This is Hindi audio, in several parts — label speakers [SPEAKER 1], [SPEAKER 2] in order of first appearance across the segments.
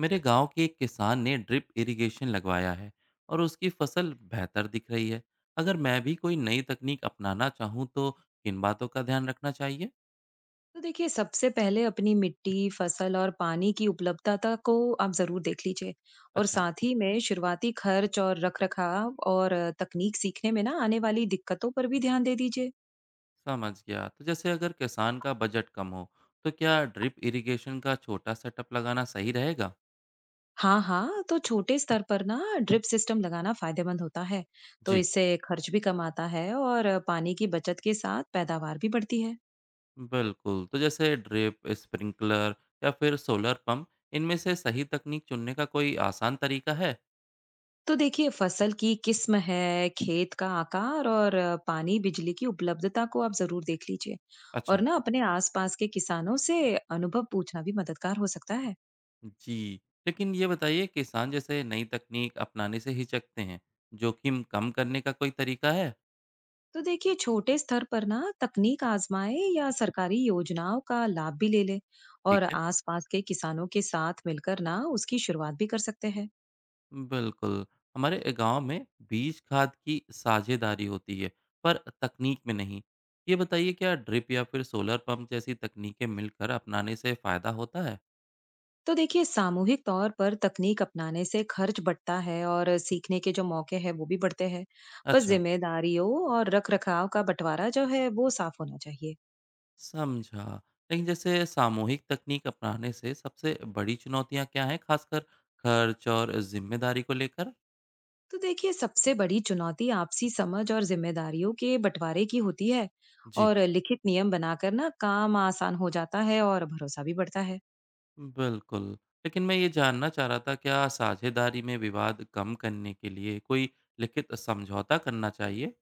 [SPEAKER 1] मेरे गांव के एक किसान ने ड्रिप इरिगेशन लगवाया है और उसकी फसल बेहतर दिख रही है। अगर मैं भी कोई नई तकनीक अपनाना चाहूँ तो किन बातों का ध्यान रखना चाहिए।
[SPEAKER 2] तो देखिए, सबसे पहले अपनी मिट्टी, फसल और पानी की उपलब्धता को आप ज़रूर देख लीजिए। और
[SPEAKER 1] अच्छा,
[SPEAKER 2] साथ ही में शुरुआती खर्च और रखरखाव और तकनीक सीखने में ना आने वाली दिक्कतों पर भी ध्यान दे दीजिए।
[SPEAKER 1] समझ गया। तो जैसे अगर किसान का बजट कम हो तो क्या ड्रिप इरिगेशन का छोटा सेटअप लगाना सही रहेगा।
[SPEAKER 2] हाँ, हाँ, तो छोटे स्तर पर ना ड्रिप सिस्टम लगाना फायदेमंद होता है। तो
[SPEAKER 1] जी
[SPEAKER 2] इससे खर्च भी कम आता है और पानी की बचत के साथ पैदावार भी बढ़ती है।
[SPEAKER 1] बिल्कुल। तो जैसे ड्रिप स्प्रिंकलर या फिर सोलर पंप, इनमें से सही तकनीक चुनने का कोई आसान तरीका है।
[SPEAKER 2] तो देखिए, फसल की किस्म है, खेत का आकार और पानी, बिजली की उपलब्धता को आप ज़रूर देख लीजिए। और
[SPEAKER 1] अच्छा।
[SPEAKER 2] ना अपने आसपास के किसानों से अनुभव पूछना भी मददगार हो सकता है।
[SPEAKER 1] जी, लेकिन ये बताइए किसान जैसे नई तकनीक अपनाने से हिचकते हैं, जोखिम कम करने का कोई तरीका है?
[SPEAKER 2] तो देखिए, छोटे स्तर पर ना तकनीक आजमाए या सरकारी योजनाओं का लाभ भी ले ले।
[SPEAKER 1] ठीक
[SPEAKER 2] और
[SPEAKER 1] है।
[SPEAKER 2] आसपास के किसानों के साथ मिलकर ना उसकी शुरुआत भी कर सकते हैं।
[SPEAKER 1] बिल्कुल, हमारे गांव में बीज खाद की साझेदारी होती है, पर तकनीक में नहीं। ये बताइए क्या ड्रिप या फिर सोलर पंप जैसी तकनीकें मिलकर अपनाने से फायदा होता है?
[SPEAKER 2] तो देखिए, सामूहिक तौर पर तकनीक अपनाने से खर्च बढ़ता है और सीखने के जो मौके हैं वो भी बढ़ते हैं। बस
[SPEAKER 1] अच्छा,
[SPEAKER 2] जिम्मेदारियों और रख रखाव का बंटवारा जो है वो साफ होना चाहिए।
[SPEAKER 1] समझा। लेकिन जैसे सामूहिक तकनीक अपनाने से सबसे बड़ी चुनौतियां क्या हैं, खासकर खर्च और जिम्मेदारी को लेकर?
[SPEAKER 2] तो देखिए, सबसे बड़ी चुनौती आपसी समझ और जिम्मेदारियों के बंटवारे की होती है।
[SPEAKER 1] जी
[SPEAKER 2] और लिखित नियम बनाकर ना काम आसान हो जाता है और भरोसा भी बढ़ता है।
[SPEAKER 1] बिल्कुल। लेकिन मैं ये जानना चाह रहा था क्या साझेदारी में विवाद कम करने के लिए कोई लिखित समझौता करना चाहिए?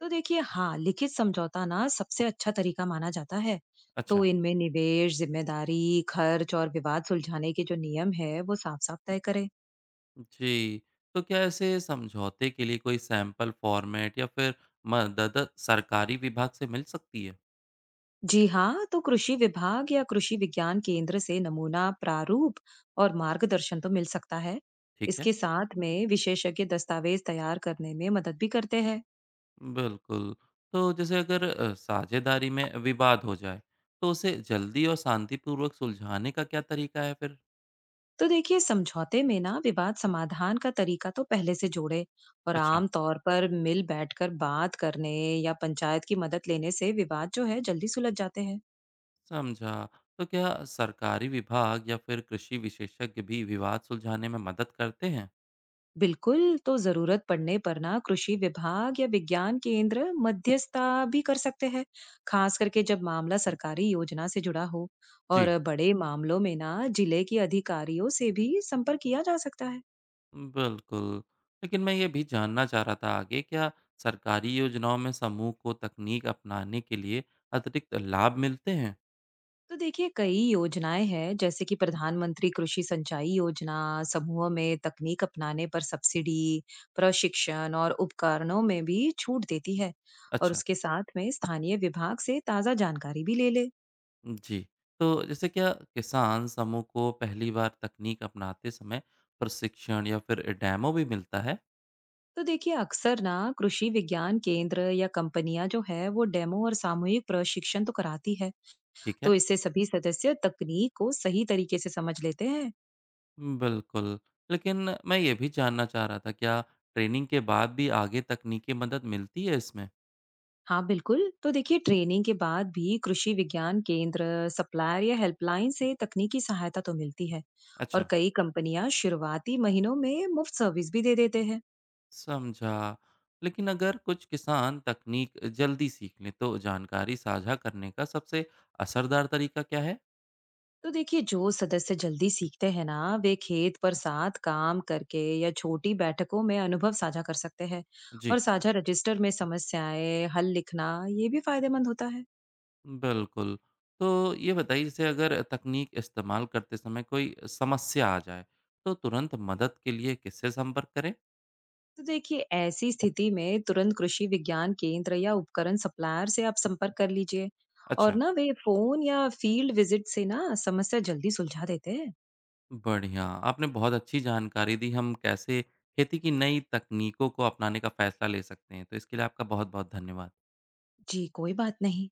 [SPEAKER 2] तो देखिए, हाँ, लिखित समझौता ना सबसे अच्छा तरीका माना जाता है। तो
[SPEAKER 1] अच्छा।
[SPEAKER 2] इनमें निवेश, जिम्मेदारी, खर्च और विवाद सुलझाने के जो नियम है वो साफ साफ तय करें।
[SPEAKER 1] जी। तो क्या ऐसे समझौते के लिए कोई सैंपल फॉर्मेट या फिर मदद सरकारी विभाग से मिल सकती है?
[SPEAKER 2] जी हाँ, तो कृषि विभाग या कृषि विज्ञान केंद्र से नमूना प्रारूप और मार्गदर्शन तो मिल सकता है।
[SPEAKER 1] ठीक है।
[SPEAKER 2] इसके साथ में विशेषज्ञ दस्तावेज तैयार करने में मदद भी करते हैं।
[SPEAKER 1] बिल्कुल। तो जैसे अगर साझेदारी में विवाद हो जाए, तो उसे जल्दी और शांतिपूर्वक सुलझाने का क्या तरीका है फिर?
[SPEAKER 2] तो देखिए, समझौते में ना विवाद समाधान का तरीका तो पहले से जोड़े। और
[SPEAKER 1] अच्छा।
[SPEAKER 2] आम तौर पर मिल बैठकर बात करने या पंचायत की मदद लेने से विवाद जो है जल्दी सुलझ जाते हैं।
[SPEAKER 1] समझा। तो क्या सरकारी विभाग या फिर कृषि विशेषज्ञ भी विवाद सुलझाने में मदद करते हैं।
[SPEAKER 2] बिल्कुल, तो जरूरत पड़ने पर ना कृषि विभाग या विज्ञान केंद्र मध्यस्थता भी कर सकते हैं, खास करके जब मामला सरकारी योजना से जुड़ा हो।
[SPEAKER 1] जी
[SPEAKER 2] और बड़े मामलों में ना जिले के अधिकारियों से भी संपर्क किया जा सकता है।
[SPEAKER 1] बिल्कुल। लेकिन मैं ये भी जानना चाह रहा था आगे, क्या सरकारी योजनाओं में समूह को तकनीक अपनाने के लिए अतिरिक्त लाभ मिलते हैं।
[SPEAKER 2] तो देखिए, कई योजनाएं हैं जैसे कि प्रधानमंत्री कृषि सिंचाई योजना, समूह में तकनीक अपनाने पर सब्सिडी, प्रशिक्षण और उपकरणों में भी छूट देती है। और
[SPEAKER 1] अच्छा।
[SPEAKER 2] उसके साथ में स्थानीय विभाग से ताजा जानकारी भी ले ले।
[SPEAKER 1] जी। तो जैसे क्या किसान समूह को पहली बार तकनीक अपनाते समय प्रशिक्षण या फिर डेमो भी मिलता है।
[SPEAKER 2] तो देखिए, अक्सर ना कृषि विज्ञान केंद्र या कंपनियां जो है वो डेमो और सामूहिक प्रशिक्षण तो कराती है।
[SPEAKER 1] ठीक है।
[SPEAKER 2] तो इससे सभी सदस्य तकनीक को सही तरीके से समझ लेते हैं।
[SPEAKER 1] बिल्कुल। लेकिन मैं ये भी जानना चाह रहा था, क्या ट्रेनिंग के बाद भी आगे तकनीकी मदद मिलती है इसमें?
[SPEAKER 2] हाँ बिल्कुल, तो देखिए, ट्रेनिंग के बाद भी कृषि विज्ञान केंद्र, सप्लायर या हेल्पलाइन से तकनीकी सहायता तो मिलती है। और
[SPEAKER 1] अच्छा।
[SPEAKER 2] कई कंपनियां शुरुआती महीनों में मुफ्त सर्विस भी दे देते हैं।
[SPEAKER 1] समझा। लेकिन अगर कुछ किसान तकनीक जल्दी सीख लें, तो जानकारी साझा करने का सबसे असरदार तरीका क्या है?
[SPEAKER 2] तो देखिए, जो सदस्य जल्दी सीखते हैं ना वे खेत पर साथ काम करके या छोटी बैठकों में अनुभव साझा कर सकते हैं। और
[SPEAKER 1] जी।
[SPEAKER 2] साझा रजिस्टर में समस्याएं हल लिखना ये भी फायदेमंद होता है।
[SPEAKER 1] बिल्कुल। तो ये बताइए, जैसे अगर तकनीक इस्तेमाल करते समय कोई समस्या आ जाए, तो तुरंत मदद के लिए किससे संपर्क करें?
[SPEAKER 2] तो देखिए, ऐसी स्थिति में तुरंत कृषि विज्ञान केंद्र या उपकरण सप्लायर से आप संपर्क कर लीजिए। और
[SPEAKER 1] अच्छा।
[SPEAKER 2] ना वे फोन या फील्ड विजिट से ना समस्या जल्दी सुलझा देते हैं।
[SPEAKER 1] बढ़िया, आपने बहुत अच्छी जानकारी दी हम कैसे खेती की नई तकनीकों को अपनाने का फैसला ले सकते हैं। तो इसके लिए आपका बहुत-बहुत धन्यवाद।
[SPEAKER 2] जी, कोई बात नहीं।